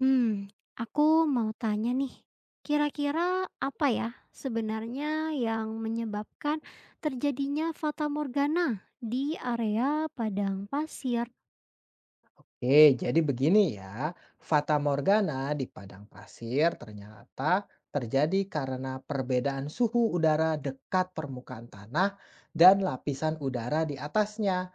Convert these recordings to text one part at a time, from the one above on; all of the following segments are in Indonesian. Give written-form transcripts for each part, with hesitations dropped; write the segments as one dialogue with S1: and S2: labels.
S1: Hmm, aku mau tanya nih, kira-kira apa ya sebenarnya yang menyebabkan terjadinya fata morgana di area padang pasir?
S2: Oke, jadi begini ya, Fata Morgana di padang pasir ternyata terjadi karena perbedaan suhu udara dekat permukaan tanah dan lapisan udara di atasnya.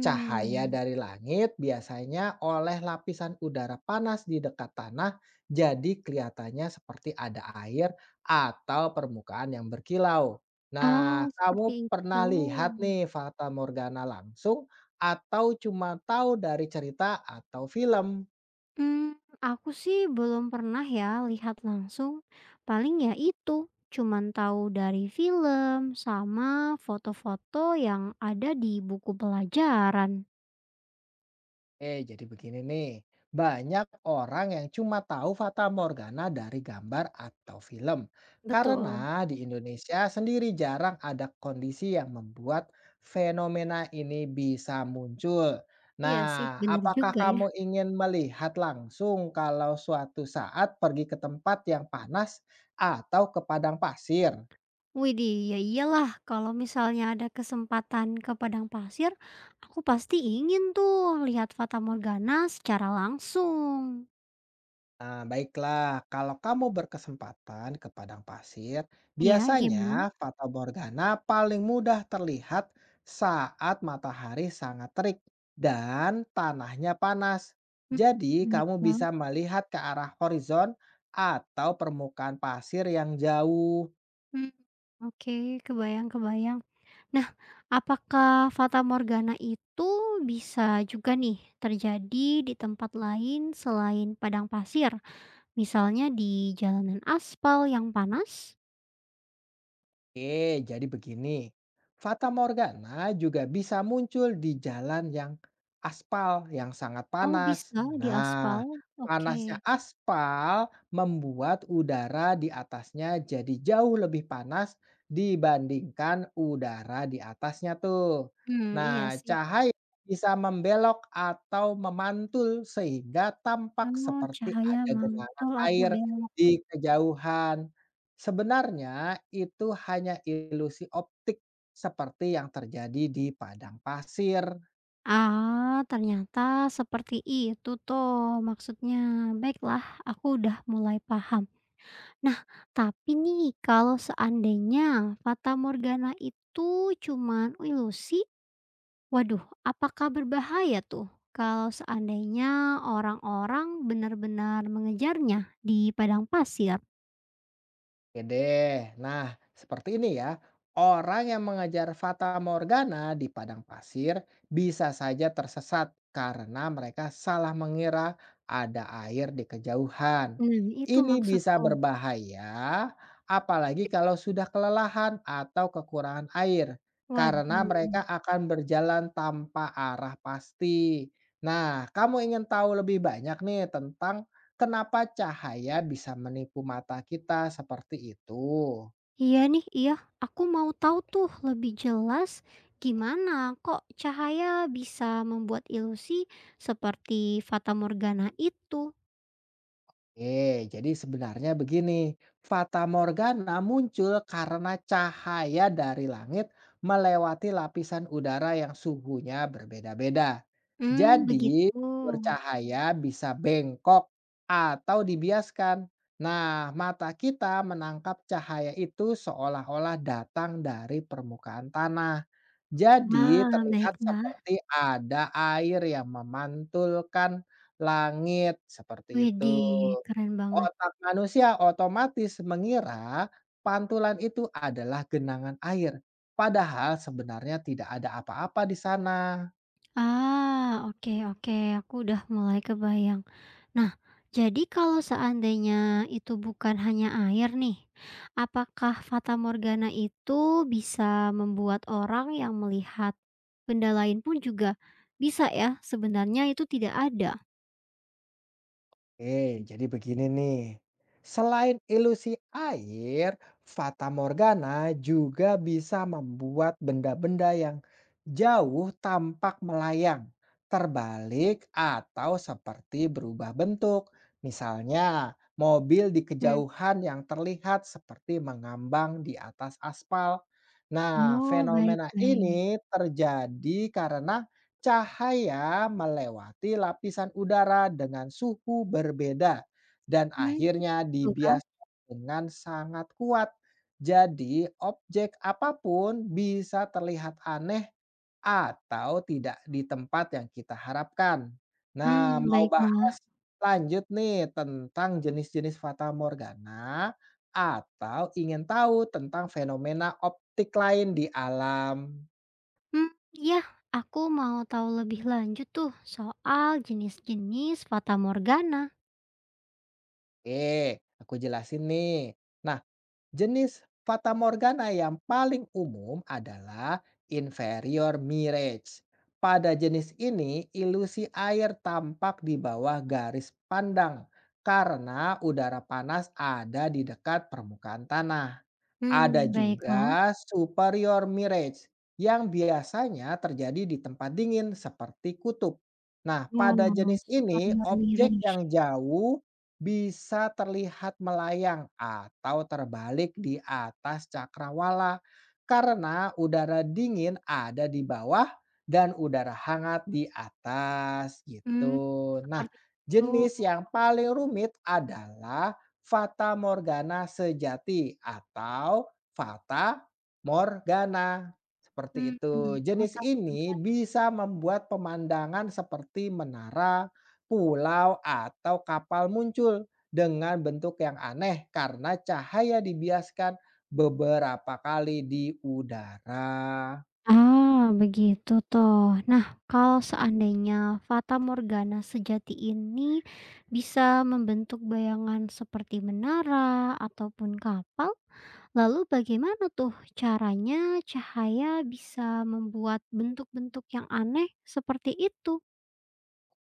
S2: Cahaya dari langit biasanya oleh lapisan udara panas di dekat tanah, jadi kelihatannya seperti ada air atau permukaan yang berkilau.
S1: Ah,
S2: Nah,
S1: seperti
S2: kamu
S1: itu.
S2: pernah lihat nih Fata Morgana langsung atau cuma tahu dari cerita atau film?
S1: Hmm, aku sih belum pernah ya lihat langsung. Paling ya itu, cuman tahu dari film sama foto-foto yang ada di buku pelajaran.
S2: Jadi begini nih, banyak orang yang cuma tahu Fata Morgana dari gambar atau film. Karena
S1: Betul.
S2: di Indonesia sendiri jarang ada kondisi yang membuat fenomena ini bisa muncul.
S1: Iya
S2: Nah,
S1: sih. Benar
S2: apakah
S1: juga ya.
S2: kamu ingin melihat langsung kalau suatu saat pergi ke tempat yang panas atau ke padang pasir?
S1: Widih, ya iyalah kalau misalnya ada kesempatan ke padang pasir, aku pasti ingin tuh lihat fata morgana secara langsung.
S2: Nah, baiklah, kalau kamu berkesempatan ke padang pasir,
S1: Ya,
S2: biasanya
S1: gimana?
S2: fata paling mudah terlihat saat matahari sangat terik dan tanahnya panas.
S1: Mmm,
S2: Jadi, kamu
S1: baiklah.
S2: bisa melihat ke arah horizon atau permukaan pasir yang jauh.
S1: Mmm, oke, kebayang-kebayang. Nah, apakah fata morgana itu bisa juga nih terjadi di tempat lain selain padang pasir? Misalnya di jalanan aspal yang panas?
S2: Oke, jadi begini. Fata Morgana juga bisa muncul di jalan yang aspal yang sangat
S1: Oh,
S2: panas.
S1: bisa di
S2: Nah,
S1: aspal?
S2: panasnya
S1: Oke.
S2: aspal membuat udara di atasnya jadi jauh lebih panas dibandingkan udara di atasnya tuh.
S1: Iya
S2: Nah,
S1: sih.
S2: cahaya bisa membelok atau memantul sehingga tampak
S1: Oh,
S2: seperti
S1: cahaya
S2: ada genangan
S1: mantul atau
S2: air
S1: belok.
S2: di kejauhan. Sebenarnya itu hanya ilusi optik seperti yang terjadi di padang pasir.
S1: Ah, ternyata seperti itu tuh maksudnya. Baiklah, aku udah mulai paham. Nah, tapi nih kalau seandainya Fata Morgana itu cuman ilusi, waduh, apakah berbahaya tuh kalau seandainya orang-orang benar-benar mengejarnya di padang pasir?
S2: Oke deh. Nah, seperti ini ya. Orang yang mengejar fata morgana di padang pasir bisa saja tersesat karena mereka salah mengira ada air di kejauhan.
S1: Nah, itu
S2: Ini bisa
S1: maksudku.
S2: berbahaya, apalagi kalau sudah kelelahan atau kekurangan air, karena
S1: Waduh.
S2: mereka akan berjalan tanpa arah pasti. Nah, kamu ingin tahu lebih banyak nih tentang kenapa cahaya bisa menipu mata kita seperti itu?
S1: Iya nih, iya. Aku mau tahu tuh lebih jelas gimana kok cahaya bisa membuat ilusi seperti fatamorgana itu.
S2: Oke, jadi sebenarnya begini, Fata Morgana muncul karena cahaya dari langit melewati lapisan udara yang suhunya berbeda-beda.
S1: Hmm,
S2: Jadi,
S1: begitu.
S2: bercahaya bisa bengkok atau dibiaskan. Nah, mata kita menangkap cahaya itu seolah-olah datang dari permukaan tanah. Jadi,
S1: Ah,
S2: terlihat
S1: baiklah.
S2: seperti ada air yang memantulkan langit seperti itu.
S1: Widih, keren banget.
S2: Otak manusia otomatis mengira pantulan itu adalah genangan air, padahal sebenarnya tidak ada apa-apa di sana.
S1: Ah, oke, oke, aku udah mulai kebayang. Nah, jadi kalau seandainya itu bukan hanya air nih, apakah fata morgana itu bisa membuat orang yang melihat benda lain pun juga bisa ya, sebenarnya itu tidak ada?
S2: Oke, jadi begini nih. Selain ilusi air, Fata Morgana juga bisa membuat benda-benda yang jauh tampak melayang, terbalik, atau seperti berubah bentuk. Misalnya, mobil di
S1: Hmm.
S2: kejauhan yang terlihat seperti mengambang di atas aspal. Nah,
S1: Oh, baik,
S2: fenomena
S1: baik.
S2: ini terjadi karena cahaya melewati lapisan udara dengan suhu berbeda dan
S1: Mmm,
S2: akhirnya
S1: gitu Kak.
S2: dibiaskan dengan sangat kuat. Jadi, objek apapun bisa terlihat aneh atau tidak di tempat yang kita harapkan. Nah,
S1: Mmm,
S2: mau
S1: baiklah.
S2: bahas lanjut nih tentang jenis-jenis fata morgana atau ingin tahu tentang fenomena optik lain di alam?
S1: Mmm, iya, aku mau tahu lebih lanjut tuh soal jenis-jenis fata morgana.
S2: Oke, aku jelasin nih. Nah, jenis fata morgana yang paling umum adalah inferior mirage. Pada jenis ini, ilusi air tampak di bawah garis pandang karena udara panas ada di dekat permukaan tanah. Ada
S1: Hmm. Baiklah.
S2: juga superior mirage yang biasanya terjadi di tempat dingin seperti kutub. Nah, pada
S1: Oh,
S2: jenis ini
S1: superior
S2: objek yang
S1: relation.
S2: jauh bisa terlihat melayang atau terbalik di atas cakrawala karena udara dingin ada di bawah dan udara hangat di atas
S1: Mmm.
S2: gitu. Nah,
S1: Seperti itu.
S2: jenis yang paling rumit adalah fata morgana sejati atau fata morgana, seperti itu.
S1: Mhm.
S2: Jenis
S1: Fata
S2: ini
S1: morgana.
S2: bisa membuat pemandangan seperti menara, pulau, atau kapal muncul dengan bentuk yang aneh karena cahaya dibiaskan beberapa kali di udara.
S1: Ah, begitu toh. Nah, kalau seandainya fata morgana sejati ini bisa membentuk bayangan seperti menara ataupun kapal, lalu bagaimana tuh caranya cahaya bisa membuat bentuk-bentuk yang aneh seperti itu?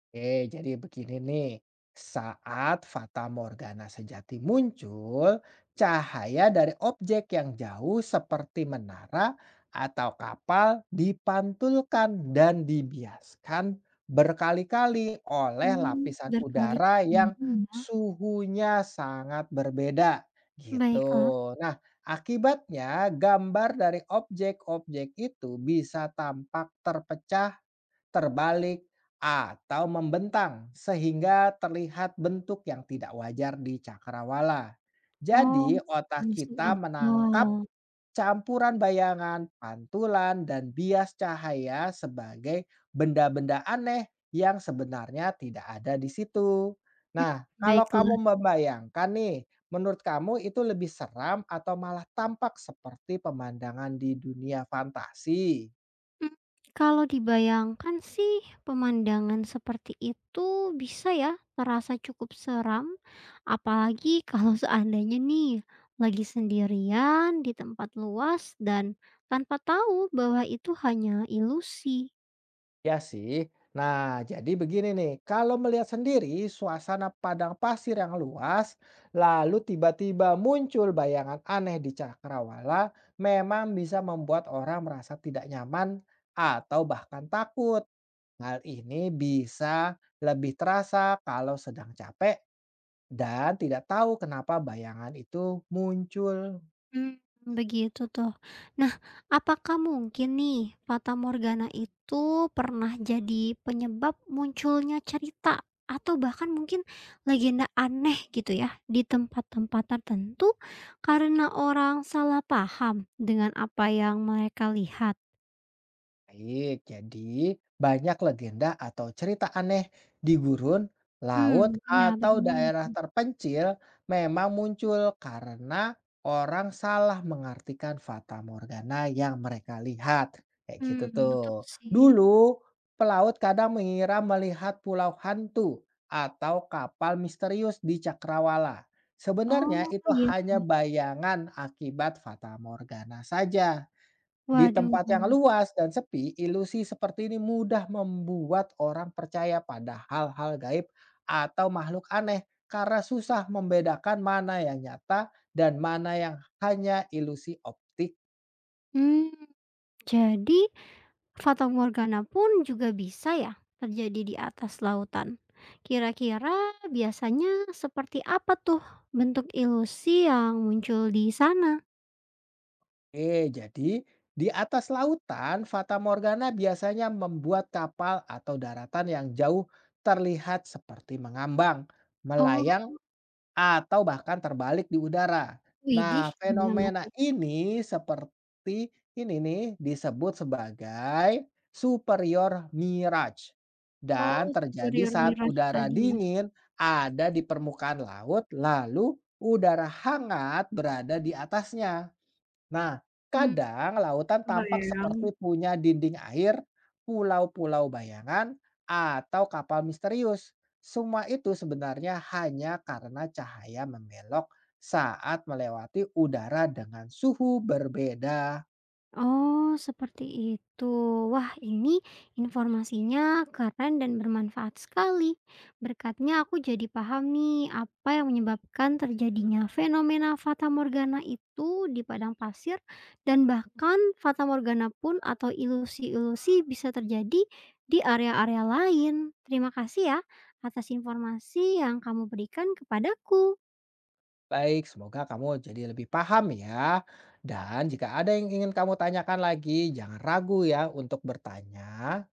S2: Oke, jadi begini nih. Saat fata morgana sejati muncul, cahaya dari objek yang jauh seperti menara atau kapal dipantulkan dan dibiaskan berkali-kali oleh
S1: Mmm.
S2: lapisan udara
S1: Berkali-kali
S2: yang
S1: ya.
S2: suhunya sangat berbeda gitu.
S1: Baiklah.
S2: Nah, akibatnya gambar dari objek-objek itu bisa tampak terpecah, terbalik, atau membentang sehingga terlihat bentuk yang tidak wajar di cakrawala.
S1: Oh,
S2: Jadi, otak
S1: masuk
S2: kita menangkap
S1: akal.
S2: campuran bayangan, pantulan, dan bias cahaya sebagai benda-benda aneh yang sebenarnya tidak ada di situ.
S1: Mhm.
S2: Nah, kalau kamu
S1: Baiklah.
S2: membayangkan nih, menurut kamu itu lebih seram atau malah tampak seperti pemandangan di dunia fantasi?
S1: Mhm. Kalau dibayangkan sih pemandangan seperti itu bisa ya terasa cukup seram, apalagi kalau seandainya nih lagi sendirian di tempat luas dan tanpa tahu bahwa itu hanya ilusi.
S2: Ya sih. Nah, jadi begini nih, kalau melihat sendiri suasana padang pasir yang luas, lalu tiba-tiba muncul bayangan aneh di cakrawala, memang bisa membuat orang merasa tidak nyaman atau bahkan takut. Hal ini bisa lebih terasa kalau sedang capek dan tidak tahu kenapa bayangan itu muncul.
S1: Mmm, begitu tuh. Nah, apakah mungkin nih fatamorgana itu pernah jadi penyebab munculnya cerita atau bahkan mungkin legenda aneh gitu ya di tempat-tempat tertentu karena orang salah paham dengan apa yang mereka lihat?
S2: Baik, jadi banyak legenda atau cerita aneh di gurun,
S1: Mmm,
S2: laut,
S1: iya
S2: atau
S1: bagaimana
S2: daerah
S1: tuh?
S2: terpencil memang muncul karena orang salah mengartikan fata morgana yang mereka lihat. Kayak gitu
S1: Mmm,
S2: tuh.
S1: betul sih.
S2: Dulu, pelaut kadang mengira melihat pulau hantu atau kapal misterius di cakrawala. Sebenarnya
S1: Oh,
S2: itu
S1: iya,
S2: hanya
S1: Kak.
S2: bayangan akibat fata morgana saja. Di
S1: Waduh.
S2: tempat yang luas dan sepi, ilusi seperti ini mudah membuat orang percaya pada hal-hal gaib atau makhluk aneh karena susah membedakan mana yang nyata dan mana yang hanya ilusi optik.
S1: Mmm, jadi Fata Morgana pun juga bisa ya terjadi di atas lautan. Kira-kira biasanya seperti apa tuh bentuk ilusi yang muncul di sana?
S2: Jadi di atas lautan, Fata Morgana biasanya membuat kapal atau daratan yang jauh terlihat seperti mengambang,
S1: Oh,
S2: melayang, atau bahkan terbalik di udara.
S1: widih,
S2: Nah,
S1: gimana
S2: fenomena
S1: tuh?
S2: ini seperti ini nih disebut sebagai superior mirage dan
S1: Oh,
S2: terjadi
S1: superior
S2: saat
S1: mirage
S2: udara
S1: tadi ya?
S2: dingin ada di permukaan laut lalu udara hangat berada di atasnya. Nah,
S1: Mmm,
S2: kadang lautan tampak
S1: kebayang.
S2: seperti punya dinding air, pulau-pulau bayangan, atau kapal misterius. Semua itu sebenarnya hanya karena cahaya membelok saat melewati udara dengan suhu berbeda.
S1: Oh, seperti itu. Wah, ini informasinya keren dan bermanfaat sekali. Berkatnya aku jadi paham nih apa yang menyebabkan terjadinya fenomena fata morgana itu di padang pasir dan bahkan fata morgana pun atau ilusi-ilusi bisa terjadi di area-area lain. Terima kasih ya atas informasi yang kamu berikan kepadaku.
S2: Baik, semoga kamu jadi lebih paham ya. Dan jika ada yang ingin kamu tanyakan lagi, jangan ragu ya untuk bertanya.